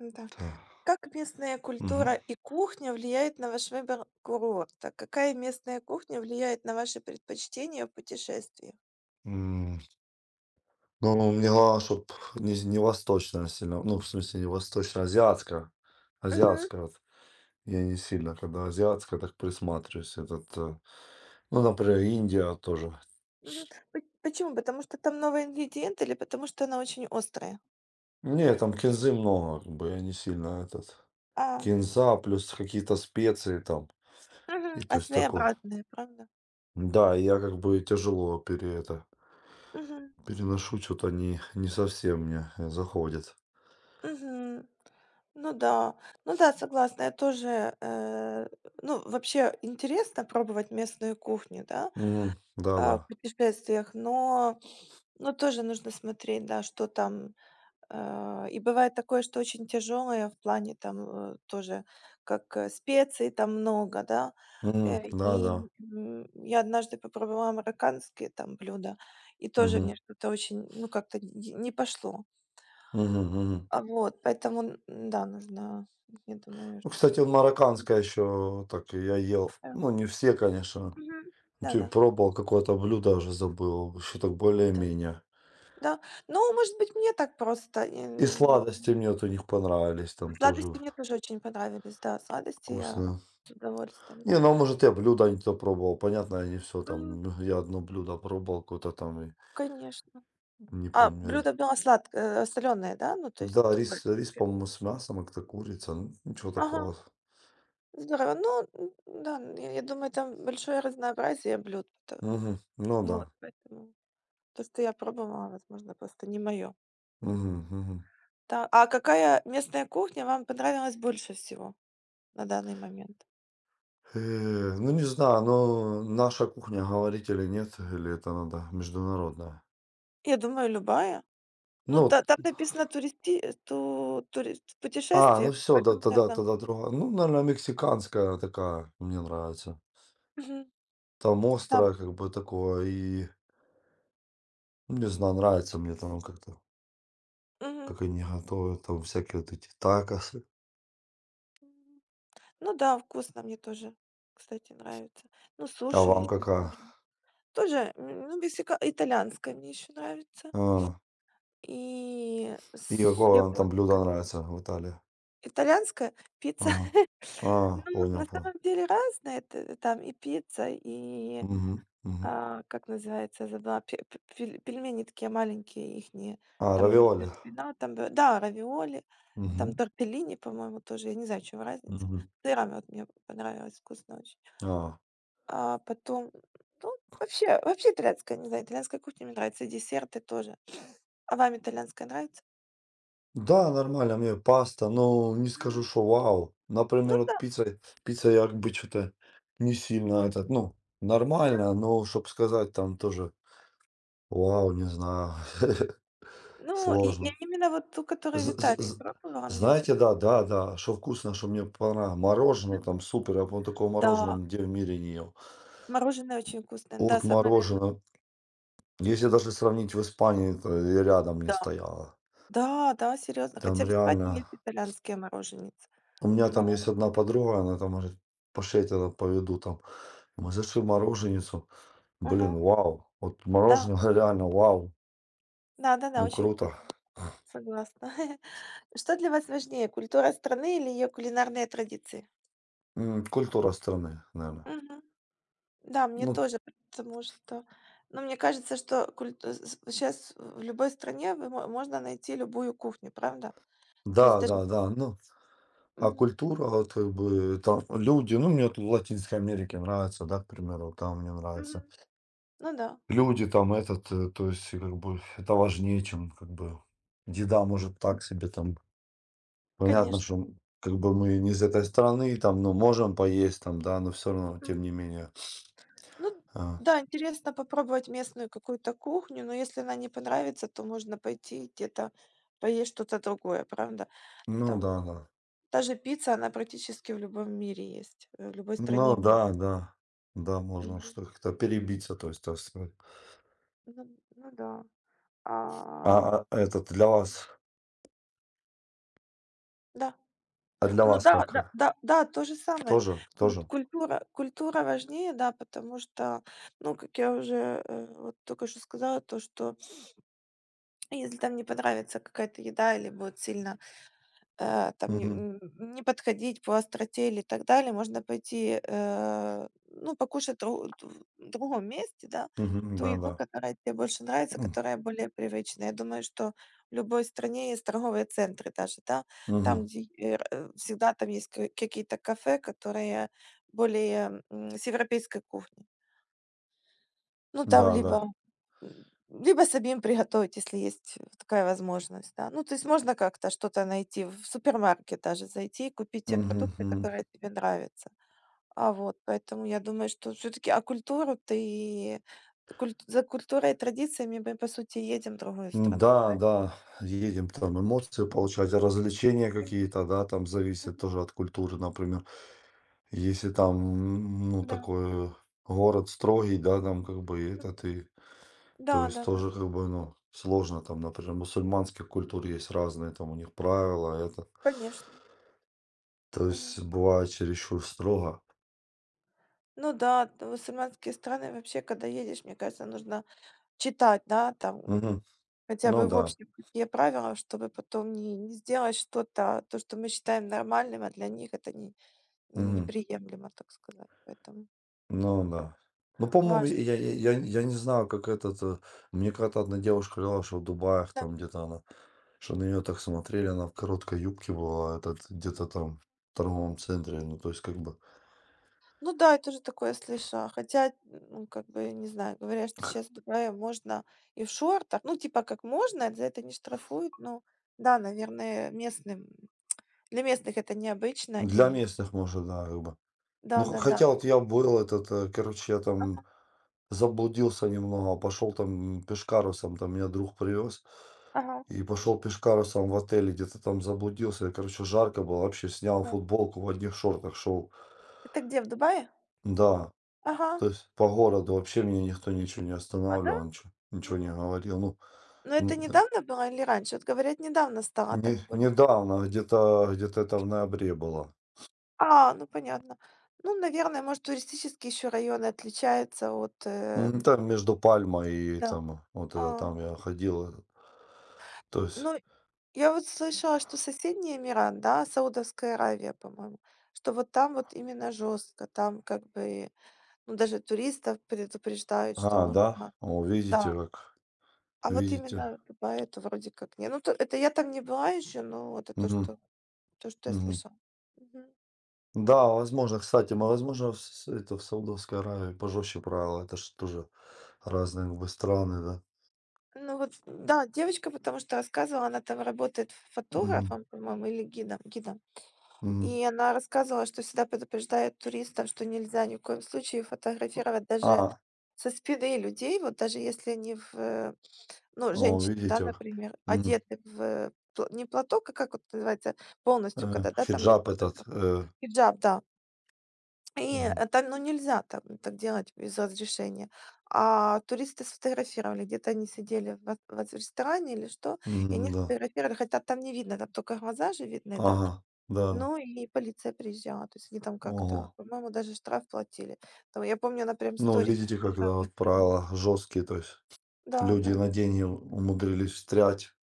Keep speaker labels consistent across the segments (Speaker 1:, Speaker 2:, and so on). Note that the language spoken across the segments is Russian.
Speaker 1: Да.
Speaker 2: Та.
Speaker 1: Как местная
Speaker 2: Мгм.
Speaker 1: культура и кухня влияет на ваш выбор курорта? Какая местная кухня влияет на ваши предпочтения в путешествиях?
Speaker 2: М, ну, мне главное, чтоб не восточная сильно, ну, в смысле, не восточная, а азиатская.
Speaker 1: Мгм.
Speaker 2: Азиатская вот. Я не сильно, когда азиатская, так присматриваюсь. Этот, ну, например, Индия
Speaker 1: М,
Speaker 2: тоже.
Speaker 1: мгм. Почему? Потому что там новый ингредиент или потому что она очень острая?
Speaker 2: Не, там кинзы много, как бы я не сильно этот.
Speaker 1: А,
Speaker 2: Кинза плюс какие-то специи там
Speaker 1: мгм.
Speaker 2: и то
Speaker 1: А
Speaker 2: есть такое.
Speaker 1: своеобразная, правда?
Speaker 2: Да, и я как бы тяжело пере это,
Speaker 1: Мгм.
Speaker 2: переношу, что то не совсем мне, заходит.
Speaker 1: Мгм. Ну да, ну да, согласна, я тоже, ну вообще интересно пробовать местную кухню, да,
Speaker 2: Мгм. Да-да.
Speaker 1: а, в путешествиях, но ну, тоже нужно смотреть, да, что там. И бывает такое, что очень тяжелое в плане там, тоже, как, специй там много, да.
Speaker 2: Мгм. Да-да.
Speaker 1: Я однажды попробовала американские там блюда, и тоже
Speaker 2: Мгм.
Speaker 1: мне что-то очень, ну, как-то не пошло.
Speaker 2: Мгм, мгм.
Speaker 1: А вот, поэтому, да, нужно, я думаю,
Speaker 2: Ну,
Speaker 1: что...
Speaker 2: кстати, он марокканское еще так я ел.
Speaker 1: Да.
Speaker 2: Ну, не все, конечно.
Speaker 1: Мгм. Да,
Speaker 2: Тю
Speaker 1: да.
Speaker 2: пробовал какое-то блюдо, уже забыл. Еще так
Speaker 1: Да,
Speaker 2: более-менее.
Speaker 1: да. Ну, может быть, мне так просто.
Speaker 2: И сладости мне вот у них понравились, там тоже
Speaker 1: Сладости мне тоже очень понравились, да. Сладости я
Speaker 2: вкусно.
Speaker 1: с удовольствием,
Speaker 2: Не,
Speaker 1: да.
Speaker 2: ну, может, я блюдо не то пробовал. Понятно, я не все
Speaker 1: М,
Speaker 2: там. Ну, я одно блюдо пробовал, какое-то там, и
Speaker 1: Конечно.
Speaker 2: не
Speaker 1: А
Speaker 2: помню.
Speaker 1: блюдо было сладкое, соленое, да? Ну, то есть
Speaker 2: Да,
Speaker 1: такое
Speaker 2: рис,
Speaker 1: как
Speaker 2: рис,
Speaker 1: бы
Speaker 2: по-моему, с мясом, а как-то курица. Ну, ничего
Speaker 1: ага,
Speaker 2: такого.
Speaker 1: здорово. Ну, да, я думаю, там большое разнообразие блюд,
Speaker 2: Мгм. Ну
Speaker 1: Вот,
Speaker 2: да.
Speaker 1: поэтому то, что я пробовала, возможно, просто не мое.
Speaker 2: Мгм, мгм.
Speaker 1: Да. А какая местная кухня вам понравилась больше всего на данный момент?
Speaker 2: Ну, не знаю, но наша кухня, говорить или нет, или это надо международная.
Speaker 1: Я думаю, любая. Ну,
Speaker 2: Ну, вот,
Speaker 1: та там написано туристи э, ту турист
Speaker 2: а, ну
Speaker 1: путешествие,
Speaker 2: все, да,
Speaker 1: поэтому,
Speaker 2: тогда
Speaker 1: наверное.
Speaker 2: тогда другая. Ну, наверное, мексиканская такая мне нравится. Там
Speaker 1: Там
Speaker 2: острая как бы такое и, ну, не знаю, нравится мне там как-то,
Speaker 1: мгм.
Speaker 2: как они готовят там всякие вот эти такосы.
Speaker 1: Ну да, вкусно, мне тоже, кстати, нравится. Ну,
Speaker 2: А
Speaker 1: суши
Speaker 2: вам
Speaker 1: есть
Speaker 2: какая?
Speaker 1: тоже. Тоже, ну, мексика, итальянская мне еще нравится.
Speaker 2: А,
Speaker 1: И
Speaker 2: и
Speaker 1: с
Speaker 2: какое вам там блюдо
Speaker 1: японская.
Speaker 2: нравится в Италии?
Speaker 1: Итальянская пицца.
Speaker 2: Ага. А,
Speaker 1: Ну,
Speaker 2: понял,
Speaker 1: на
Speaker 2: понял.
Speaker 1: самом деле разная. Это там и пицца, и
Speaker 2: Мгм, мгм.
Speaker 1: а, как называется, забыла, пе пе пель пельмени такие маленькие ихние.
Speaker 2: А,
Speaker 1: Там у них и
Speaker 2: равиоли?
Speaker 1: шпинат, там б да, равиоли, там
Speaker 2: Мгм,
Speaker 1: тортеллини, по-моему, тоже. Я не знаю, в чём разница.
Speaker 2: мгм.
Speaker 1: Сырами вот мне понравилось, вкусно очень.
Speaker 2: А.
Speaker 1: А потом, ну, вообще итальянская, не знаю, итальянская кухня мне нравится, и десерты тоже. А вам итальянская нравится?
Speaker 2: Да, нормально, мне паста, но не скажу,
Speaker 1: Мгм.
Speaker 2: что вау.
Speaker 1: Ну
Speaker 2: Например, вот
Speaker 1: да,
Speaker 2: пицца, пицца я как бы что-то не сильно этот, ну,
Speaker 1: да.
Speaker 2: нормально, но чтобы сказать там тоже вау, не знаю,
Speaker 1: Ну, и
Speaker 2: сложно.
Speaker 1: именно вот ту,
Speaker 2: З-
Speaker 1: которую в
Speaker 2: з-
Speaker 1: Италии
Speaker 2: з-
Speaker 1: пробовала, мне очень
Speaker 2: Знаете, да,
Speaker 1: понравилась.
Speaker 2: да, да, что вкусно, что мне понравилось. Мороженое там супер, я, по такого мороженого
Speaker 1: Да,
Speaker 2: нигде в мире не ел.
Speaker 1: мороженое очень вкусное. Да,
Speaker 2: Вот
Speaker 1: самое верное.
Speaker 2: мороженое. Если
Speaker 1: Мгм.
Speaker 2: даже сравнить в Испании, то и рядом не
Speaker 1: Да.
Speaker 2: стояло.
Speaker 1: Да, да, серьезно.
Speaker 2: Там
Speaker 1: Хотя в Испании
Speaker 2: реально...
Speaker 1: есть итальянские мороженицы,
Speaker 2: У меня там
Speaker 1: но
Speaker 2: есть одна подруга, она там говорит, пошли я тебя поведу там. Мы зашли в мороженицу.
Speaker 1: мгм.
Speaker 2: Блин, вау. Вот
Speaker 1: Да.
Speaker 2: мороженое реально вау.
Speaker 1: Да-да-да,
Speaker 2: Ну,
Speaker 1: очень
Speaker 2: круто.
Speaker 1: вкусно, согласна. Что для вас важнее: культура страны или ее кулинарные традиции?
Speaker 2: Культура страны, наверное.
Speaker 1: Мгм. Да, мне
Speaker 2: Ну,
Speaker 1: тоже, потому что, ну, мне кажется, что культ э, с в любой стране вы мо можно найти любую кухню, правда? То есть
Speaker 2: да,
Speaker 1: даже
Speaker 2: да, да. Ну, а
Speaker 1: мгм.
Speaker 2: культура, вот, как бы, там люди, ну, мне вот в Латинской Америке нравится, да, к примеру, вот там мне
Speaker 1: Мгм.
Speaker 2: нравится.
Speaker 1: Ну да,
Speaker 2: Люди там этот, то есть, как бы, это важнее, чем, как бы, еда может так себе там. Понятно,
Speaker 1: конечно.
Speaker 2: что как бы мы не из этой страны, там, ну, можем поесть, там, да, но все равно, тем не
Speaker 1: М.
Speaker 2: менее.
Speaker 1: Ну
Speaker 2: А,
Speaker 1: да, интересно попробовать местную какую-то кухню, но если она не понравится, то можно пойти где-то поесть что-то другое, правда?
Speaker 2: ну,
Speaker 1: Там
Speaker 2: да, да.
Speaker 1: даже же пицца, она практически в любом мире есть, в любой стране
Speaker 2: Ну
Speaker 1: мира.
Speaker 2: да, да. Да, можно
Speaker 1: И,
Speaker 2: что как-то перебиться, то есть, так сказать.
Speaker 1: ну, ну да. А,
Speaker 2: А этот для вас,
Speaker 1: да,
Speaker 2: а для
Speaker 1: ну
Speaker 2: вас
Speaker 1: да,
Speaker 2: как?
Speaker 1: да, да, да, то же самое.
Speaker 2: Тоже? Тоже?
Speaker 1: Культура, культура важнее, да, потому что, ну, как я уже, вот только что сказала, то, что если там не понравится какая-то еда или будет сильно, там
Speaker 2: Мгм.
Speaker 1: не подходить по остроте или так далее. Можно пойти, ну, покушать дру д в другом месте, да,
Speaker 2: Мгм.
Speaker 1: ту еду,
Speaker 2: Да-да.
Speaker 1: которая тебе больше нравится,
Speaker 2: М.
Speaker 1: которая более привычная. Я думаю, что в любой стране есть торговые центры даже, да, там,
Speaker 2: Мгм.
Speaker 1: где, всегда там есть ка какие-то кафе, которые более, с европейской кухней. Ну, там
Speaker 2: Да-да.
Speaker 1: либо либо самим приготовить, если есть такая возможность, да. Ну, то есть можно как-то что-то найти, в супермаркет даже зайти и купить те
Speaker 2: Мгм.
Speaker 1: продукты,
Speaker 2: Мгм.
Speaker 1: которые тебе нравятся. А вот, поэтому я думаю, что все-таки, культуру ты, за культурой и традициями мы, по сути, едем в другую страну.
Speaker 2: М-да,
Speaker 1: Правильно?
Speaker 2: да. Да, едем там эмоции получать, а развлечения
Speaker 1: Мгм.
Speaker 2: какие-то, да, там зависит тоже от культуры, например. Если там, ну,
Speaker 1: Да.
Speaker 2: такой город строгий, да, там как бы
Speaker 1: М.
Speaker 2: этот и то
Speaker 1: Да,
Speaker 2: есть
Speaker 1: да, да,
Speaker 2: тоже как бы, ну, сложно там, например, мусульманских культур есть разные, там у них правила, это.
Speaker 1: конечно.
Speaker 2: То
Speaker 1: Мгм.
Speaker 2: есть бывает чересчур строго.
Speaker 1: Ну да, мусульманские страны вообще, когда едешь, мне кажется, нужно читать, да, там
Speaker 2: Мгм.
Speaker 1: хотя
Speaker 2: Ну
Speaker 1: бы в
Speaker 2: да.
Speaker 1: общем какие правила, чтобы потом не сделать что-то, то, что мы считаем нормальным, а для них это не
Speaker 2: Мгм.
Speaker 1: неприемлемо, так сказать. Поэтому
Speaker 2: Ну да. Ну, по-моему,
Speaker 1: важно.
Speaker 2: я не знаю, как этот, мне когда-то одна девушка говорила, что в Дубаях
Speaker 1: Да.
Speaker 2: там где-то она, что на нее так смотрели, она в короткой юбке была, этот, где-то там в торговом центре, ну, то есть как бы
Speaker 1: Ну да, я тоже такое слышала. Хотя, ну, как бы, не знаю, говорят, что сейчас в Дубае можно и в шортах. Ну, типа, как можно, за это не штрафуют, но да, наверное, местным для местных это необычно
Speaker 2: для
Speaker 1: и
Speaker 2: местных, может, да, как бы. Ну,
Speaker 1: да-да-да.
Speaker 2: хотя вот я был этот, короче, я там
Speaker 1: Ага,
Speaker 2: заблудился немного, пошел там пешкарусом, там меня друг привез.
Speaker 1: ага,
Speaker 2: И пошел пешкарусом в отеле, где-то там заблудился. Я, короче, жарко было, вообще снял
Speaker 1: да.
Speaker 2: футболку, в одних шортах шел.
Speaker 1: Это где, в Дубае?
Speaker 2: Да,
Speaker 1: Ага.
Speaker 2: то есть по городу вообще меня никто ничего не
Speaker 1: А, да?
Speaker 2: останавливал, ничего, ничего не
Speaker 1: М.
Speaker 2: говорил. Ну,
Speaker 1: Но это
Speaker 2: н- э,
Speaker 1: недавно было или раньше? Вот говорят, недавно стало так
Speaker 2: не,
Speaker 1: более.
Speaker 2: недавно, где-то это в ноябре было.
Speaker 1: А, ну понятно. Ну, наверное, может, туристические еще районы отличаются от,
Speaker 2: Там между Пальмой и
Speaker 1: да.
Speaker 2: там, вот
Speaker 1: А,
Speaker 2: это там я ходил. То есть,
Speaker 1: ну, я вот слышала, что соседний Эмират, да, Саудовская Аравия, по-моему, что вот там вот именно жестко, там как бы, ну, даже туристов предупреждают, что
Speaker 2: а, да,
Speaker 1: нужно.
Speaker 2: о, видите,
Speaker 1: Да.
Speaker 2: как,
Speaker 1: А вот
Speaker 2: видите.
Speaker 1: именно Дубай это вроде как не. Ну, то, это я там не была еще, но это то,
Speaker 2: Мгм.
Speaker 1: что я
Speaker 2: Мгм.
Speaker 1: слышала. Мгм.
Speaker 2: Да, возможно, кстати, мы, возможно, в с это в Саудовской Аравии пожестче правила. Это ж тоже разные как бы страны, да.
Speaker 1: Ну вот, да, девочка, потому что рассказывала, она там работает
Speaker 2: Мгм,
Speaker 1: фотографом, по-моему, или гидом, гидом.
Speaker 2: мгм.
Speaker 1: И она рассказывала, что всегда предупреждает туристов, что нельзя ни в коем случае фотографировать даже
Speaker 2: А,
Speaker 1: со спины людей, вот даже если они в, ну,
Speaker 2: ну
Speaker 1: женщины, да,
Speaker 2: видите как.
Speaker 1: например,
Speaker 2: Мгм.
Speaker 1: одеты в не платок, а как вот называется, полностью, когда, да, там лицо
Speaker 2: Хиджаб этот,
Speaker 1: закрыто. Хиджаб, да, и
Speaker 2: мгм,
Speaker 1: это, ну, нельзя так делать без разрешения. А туристы сфотографировали, где-то они сидели в ресторане или что, и
Speaker 2: мгм,
Speaker 1: они
Speaker 2: да.
Speaker 1: сфотографировали, хотя там не видно, там только глаза же видны, да.
Speaker 2: Ага, да.
Speaker 1: Ну и полиция приезжала, то есть они там
Speaker 2: Ого.
Speaker 1: как-то, по-моему, даже штраф платили. Там, я помню, она прям
Speaker 2: Ну,
Speaker 1: сторис
Speaker 2: видите,
Speaker 1: «Инстаграм»
Speaker 2: когда вот
Speaker 1: выставила.
Speaker 2: правила жесткие, то есть
Speaker 1: Да,
Speaker 2: люди
Speaker 1: да,
Speaker 2: на
Speaker 1: да.
Speaker 2: деньги умудрились встрять.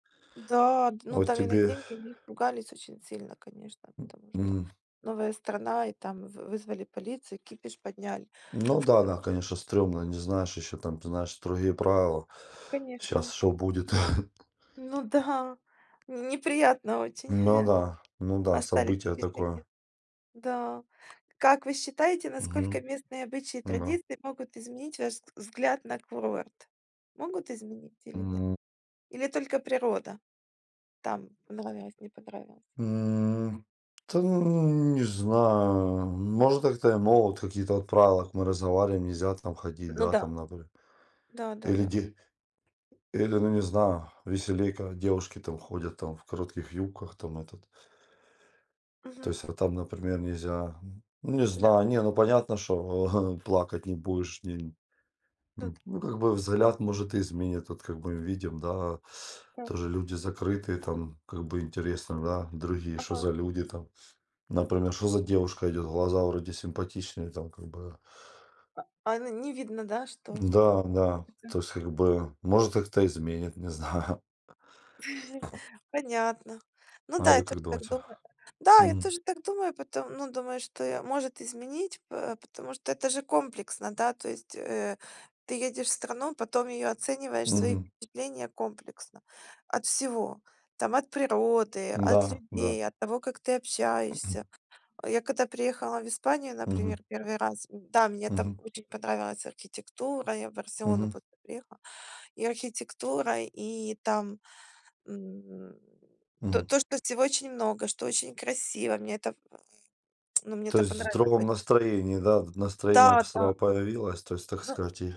Speaker 1: Да, д Ну
Speaker 2: Вот
Speaker 1: там и на
Speaker 2: тебе,
Speaker 1: деньги они испугались очень сильно, конечно, потому что
Speaker 2: м.
Speaker 1: новая страна, и там в вызвали полицию, кипиш подняли.
Speaker 2: Ну да, да, конечно, стрёмно, не знаешь еще там, знаешь, строгие правила. Сейчас
Speaker 1: Конечно.
Speaker 2: что будет?
Speaker 1: Ну да, неприятно очень
Speaker 2: Ну да, ну да,
Speaker 1: оставить
Speaker 2: событие такое.
Speaker 1: впечатление. Да. Как вы считаете,
Speaker 2: Мгм.
Speaker 1: насколько местные обычаи и
Speaker 2: Да.
Speaker 1: традиции могут изменить ваш взгляд на курорт? Могут изменить или нет?
Speaker 2: М,
Speaker 1: Или только природа? Там понравилось, не понравилось.
Speaker 2: Да не знаю. Может, как-то и могут какие-то от правила, как мы
Speaker 1: Мгм.
Speaker 2: разговариваем, нельзя там ходить,
Speaker 1: Ну
Speaker 2: да,
Speaker 1: да,
Speaker 2: там, например.
Speaker 1: да, да,
Speaker 2: Или,
Speaker 1: да.
Speaker 2: де- Или, ну не знаю, веселей, когда девушки там ходят там в коротких юбках, там этот. То
Speaker 1: Мгм.
Speaker 2: есть, а там, например, нельзя. Ну, не
Speaker 1: Да,
Speaker 2: знаю, не, ну понятно, что плакать не будешь, не,
Speaker 1: тут,
Speaker 2: ну, как бы взгляд, может, и изменит. Вот как мы видим, да,
Speaker 1: да.
Speaker 2: тоже люди закрытые, там, как бы интересно, да, другие, что
Speaker 1: Ага.
Speaker 2: за люди там. Например, что за девушка идет, глаза вроде симпатичные, там, как бы.
Speaker 1: А, ну, не видно, да, что? Ну,
Speaker 2: Да, да, то есть, как бы, может, как-то изменит, не знаю.
Speaker 1: понятно. Ну
Speaker 2: А
Speaker 1: да, я
Speaker 2: вы как
Speaker 1: тоже так
Speaker 2: думаете?
Speaker 1: думаю. Да, я
Speaker 2: Мгм.
Speaker 1: тоже так думаю, потом, ну, думаю, что может изменить, потому что это же комплексно, да, то есть, ты едешь в страну, потом ее оцениваешь, свои
Speaker 2: Мгм.
Speaker 1: впечатления комплексно, от всего, там, от природы, от
Speaker 2: Да, да.
Speaker 1: людей, от того, как ты общаешься. Я когда приехала в Испанию,
Speaker 2: Мгм.
Speaker 1: например, первый раз, да, мне там
Speaker 2: Мгм.
Speaker 1: очень понравилась архитектура, я в Барселону
Speaker 2: Мгм.
Speaker 1: просто приехала, и архитектура, и там, М, то,
Speaker 2: Мгм.
Speaker 1: что всего очень много, что очень красиво. Мне это, ну, мне
Speaker 2: То
Speaker 1: это
Speaker 2: есть в
Speaker 1: понравилось. То
Speaker 2: другом
Speaker 1: есть,
Speaker 2: настроении, да, настроение
Speaker 1: да, да.
Speaker 2: сразу появилось, то есть, так
Speaker 1: Ну,
Speaker 2: сказать, и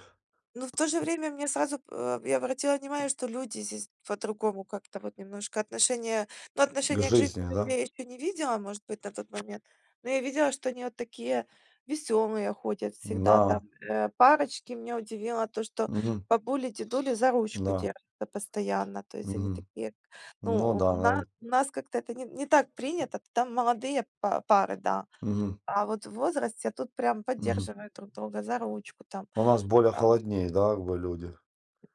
Speaker 1: но в то же время мне сразу, я обратила внимание, что люди здесь по-другому как-то вот немножко отношение, ну,
Speaker 2: к
Speaker 1: отношение к жизни
Speaker 2: жизни, да?
Speaker 1: людей я еще не видела, может быть, на тот момент, но я видела, что они вот такие веселые ходят всегда
Speaker 2: Да.
Speaker 1: там. Парочки меня удивило то, что
Speaker 2: Мгм.
Speaker 1: бабули, дедули за ручку
Speaker 2: Да,
Speaker 1: держатся постоянно, то есть они
Speaker 2: мгм.
Speaker 1: такие,
Speaker 2: Ну
Speaker 1: ну,
Speaker 2: да, норм.
Speaker 1: у нас как-то это не так принято, там молодые пары, да,
Speaker 2: Мгм,
Speaker 1: а вот в возрасте тут прям
Speaker 2: мгм.
Speaker 1: поддерживают друг друга за ручку там
Speaker 2: У нас более
Speaker 1: а
Speaker 2: холоднее, да, как бы люди.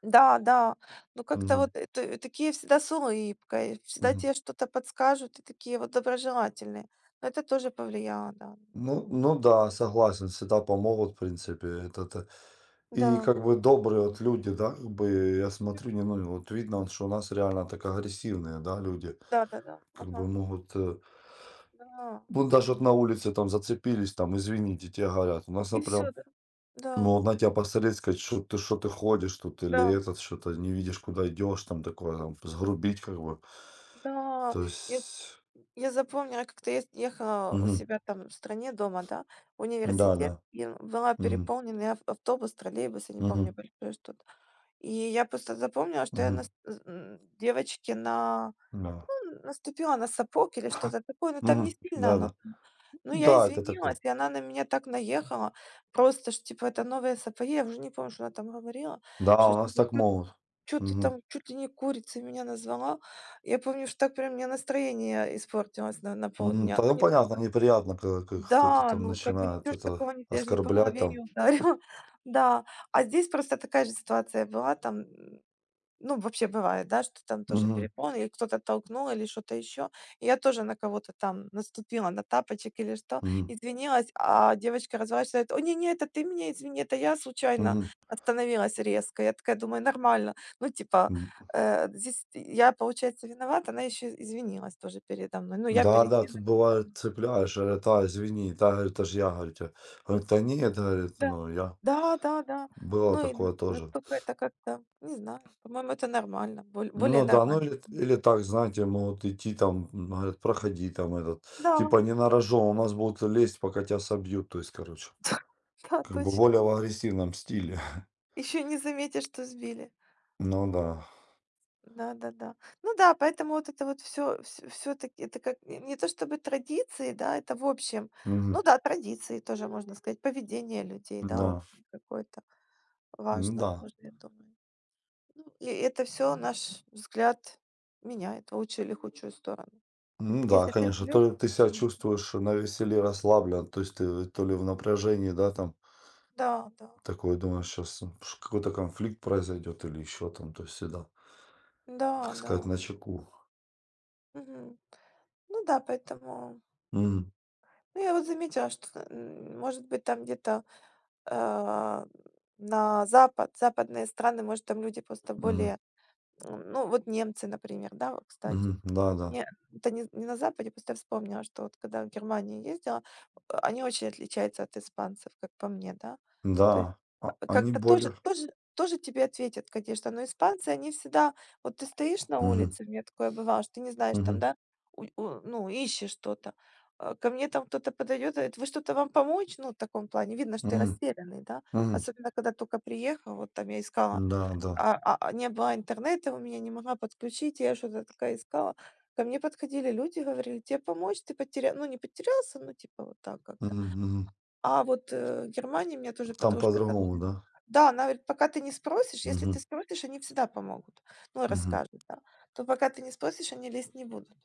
Speaker 1: да, да. Ну, как-то
Speaker 2: Мгм,
Speaker 1: вот это, такие всегда с улыбкой, всегда
Speaker 2: мгм.
Speaker 1: тебе что-то подскажут и такие вот доброжелательные. Но это тоже повлияло, да.
Speaker 2: Ну да, согласен, всегда помогут, в принципе, это т
Speaker 1: Да.
Speaker 2: и как бы добрые вот люди, да, как бы я смотрю,
Speaker 1: Мгм.
Speaker 2: не, ну, вот видно, вот, что у нас реально так агрессивные, да, люди.
Speaker 1: Да-да-да.
Speaker 2: Как бы
Speaker 1: Ага.
Speaker 2: могут,
Speaker 1: Да.
Speaker 2: ну, даже вот на улице там зацепились, там: "Извините", те говорят. У нас,
Speaker 1: И все,
Speaker 2: например
Speaker 1: да.
Speaker 2: ну,
Speaker 1: Да.
Speaker 2: вот на тебя посмотреть, сказать, что ты ходишь тут, или
Speaker 1: Да.
Speaker 2: этот, что-то не видишь, куда идешь, там такое, там, сгрубить как бы.
Speaker 1: Да.
Speaker 2: То
Speaker 1: Я
Speaker 2: есть,
Speaker 1: я запомнила, как-то я ехала у
Speaker 2: мгм,
Speaker 1: себя там в стране дома, да, в университет,
Speaker 2: да-да,
Speaker 1: и была
Speaker 2: мгм,
Speaker 1: переполненный ав автобус, троллейбус, я не помню,
Speaker 2: мгм,
Speaker 1: большой что-то. И я просто запомнила, что я на
Speaker 2: мгм,
Speaker 1: девочке на
Speaker 2: да,
Speaker 1: ну, наступила на сапог или что-то такое, но там не
Speaker 2: мгм,
Speaker 1: сильно оно
Speaker 2: да-да.
Speaker 1: было. Ну, я
Speaker 2: Да, да, это такое.
Speaker 1: извинилась, и она на меня так наехала. Просто, что, типа, это новые сапоги. Я уже не помню, что она там говорила.
Speaker 2: Да,
Speaker 1: Что,
Speaker 2: у нас
Speaker 1: типа,
Speaker 2: так могут.
Speaker 1: что ты
Speaker 2: Мгм,
Speaker 1: там чуть ли не курицей меня назвала. Я помню, что так прям у меня настроение испортилось на
Speaker 2: мгм.
Speaker 1: полдня.
Speaker 2: Та
Speaker 1: Ну,
Speaker 2: ну
Speaker 1: не то,
Speaker 2: понятно,
Speaker 1: что...
Speaker 2: неприятно, когда как кто-то
Speaker 1: Да,
Speaker 2: там
Speaker 1: ну, как бы
Speaker 2: начинает
Speaker 1: ничего ж
Speaker 2: это
Speaker 1: такого не... Я же не по
Speaker 2: оскорблять
Speaker 1: голове ее
Speaker 2: там.
Speaker 1: ударила. Да. А здесь просто такая же ситуация была. Там ну, вообще бывает, да, что там тоже
Speaker 2: Мгм,
Speaker 1: перепон, и кто-то толкнул или что-то еще. И я тоже на кого-то там наступила, на тапочек или что,
Speaker 2: мгм,
Speaker 1: извинилась, а девочка разворачивается, о, не-не, это ты меня извини, это я случайно
Speaker 2: мгм,
Speaker 1: остановилась резко. Я такая думаю, нормально. Ну, типа,
Speaker 2: м.
Speaker 1: здесь я, получается, виновата, она еще извинилась тоже передо мной. Ну, я
Speaker 2: Да,
Speaker 1: перед
Speaker 2: да,
Speaker 1: ней,
Speaker 2: тут
Speaker 1: она передо
Speaker 2: бывает
Speaker 1: мной.
Speaker 2: цепляешь, я а извини, та, говорю, это ж я, говорю, тя". Говорит: "Да нет, говорит,
Speaker 1: Да,
Speaker 2: ну, я".
Speaker 1: да, да, да.
Speaker 2: Было
Speaker 1: Ну, и
Speaker 2: такое тоже.
Speaker 1: настолько это как-то, не знаю, по-моему, это нормально, более
Speaker 2: Ну да, ну
Speaker 1: нормально.
Speaker 2: или так, знаете, могут идти там, говорят: "Проходи там этот".
Speaker 1: Да,
Speaker 2: Типа не на рожон, у нас будут лезть, пока тебя собьют, то есть, короче,
Speaker 1: да,
Speaker 2: как бы
Speaker 1: точно.
Speaker 2: более в агрессивном стиле.
Speaker 1: Еще не заметишь, что сбили.
Speaker 2: Ну да.
Speaker 1: Да-да-да. Ну да, поэтому вот это вот все все всё-таки это как не не то чтобы традиции, да, это в общем.
Speaker 2: Мгм.
Speaker 1: Ну да, традиции тоже можно сказать, поведение людей, да,
Speaker 2: Да.
Speaker 1: общее какое-то важно
Speaker 2: М-да.
Speaker 1: тоже, я думаю. Ну, и это все наш взгляд меняет в лучшую или худшую сторону.
Speaker 2: М-да,
Speaker 1: Если ты
Speaker 2: конечно, то
Speaker 1: живешь
Speaker 2: ли ты себя чувствуешь навеселе, расслаблен, то есть ты то ли в напряжении, да, там
Speaker 1: да, да.
Speaker 2: такой, думаю, сейчас какой-то конфликт произойдет или еще там, то есть всегда,
Speaker 1: Да,
Speaker 2: так
Speaker 1: да.
Speaker 2: сказать, начеку.
Speaker 1: Мгм. Ну да, поэтому
Speaker 2: Мгм,
Speaker 1: ну, я вот заметила, что, может быть, там где-то, э, на Запад, западные страны, может, там люди просто
Speaker 2: мгм,
Speaker 1: более, ну, вот немцы, например, да, вот, кстати.
Speaker 2: мгм. Да, да,
Speaker 1: Не, да. Это не, не на Западе, просто я вспомнила, что вот когда в Германию ездила, они очень отличаются от испанцев, как по мне, да. То
Speaker 2: да, а, они
Speaker 1: как-то
Speaker 2: более
Speaker 1: тоже тебе ответят, конечно, но испанцы, они всегда вот ты стоишь на
Speaker 2: мгм,
Speaker 1: улице, у меня такое бывало, что ты не знаешь там,
Speaker 2: мгм,
Speaker 1: да, у ну, ищешь что-то. А, ко мне там кто-то подойдет, говорит: «Вы что-то, вам помочь?» Ну, в таком плане. Видно, что ты
Speaker 2: мгм,
Speaker 1: растерянный, да.
Speaker 2: мгм.
Speaker 1: Особенно, когда только приехал, вот там я искала,
Speaker 2: Да, да,
Speaker 1: не было интернета у меня, не могла подключить, я что-то такая искала. Ко мне подходили люди, говорили: «Тебе помочь? Ты потерял, ну, не потерялся, ну, типа вот так как-то.»
Speaker 2: мгм, мгм.
Speaker 1: А вот, в Германии меня тоже
Speaker 2: Там
Speaker 1: подружка там
Speaker 2: по-другому,
Speaker 1: жила.
Speaker 2: да?
Speaker 1: Да, она говорит, пока ты не спросишь, если
Speaker 2: Мгм,
Speaker 1: ты спросишь, они всегда помогут. Ну,
Speaker 2: мгм.
Speaker 1: расскажут, да. То пока ты не спросишь, они лезть не будут.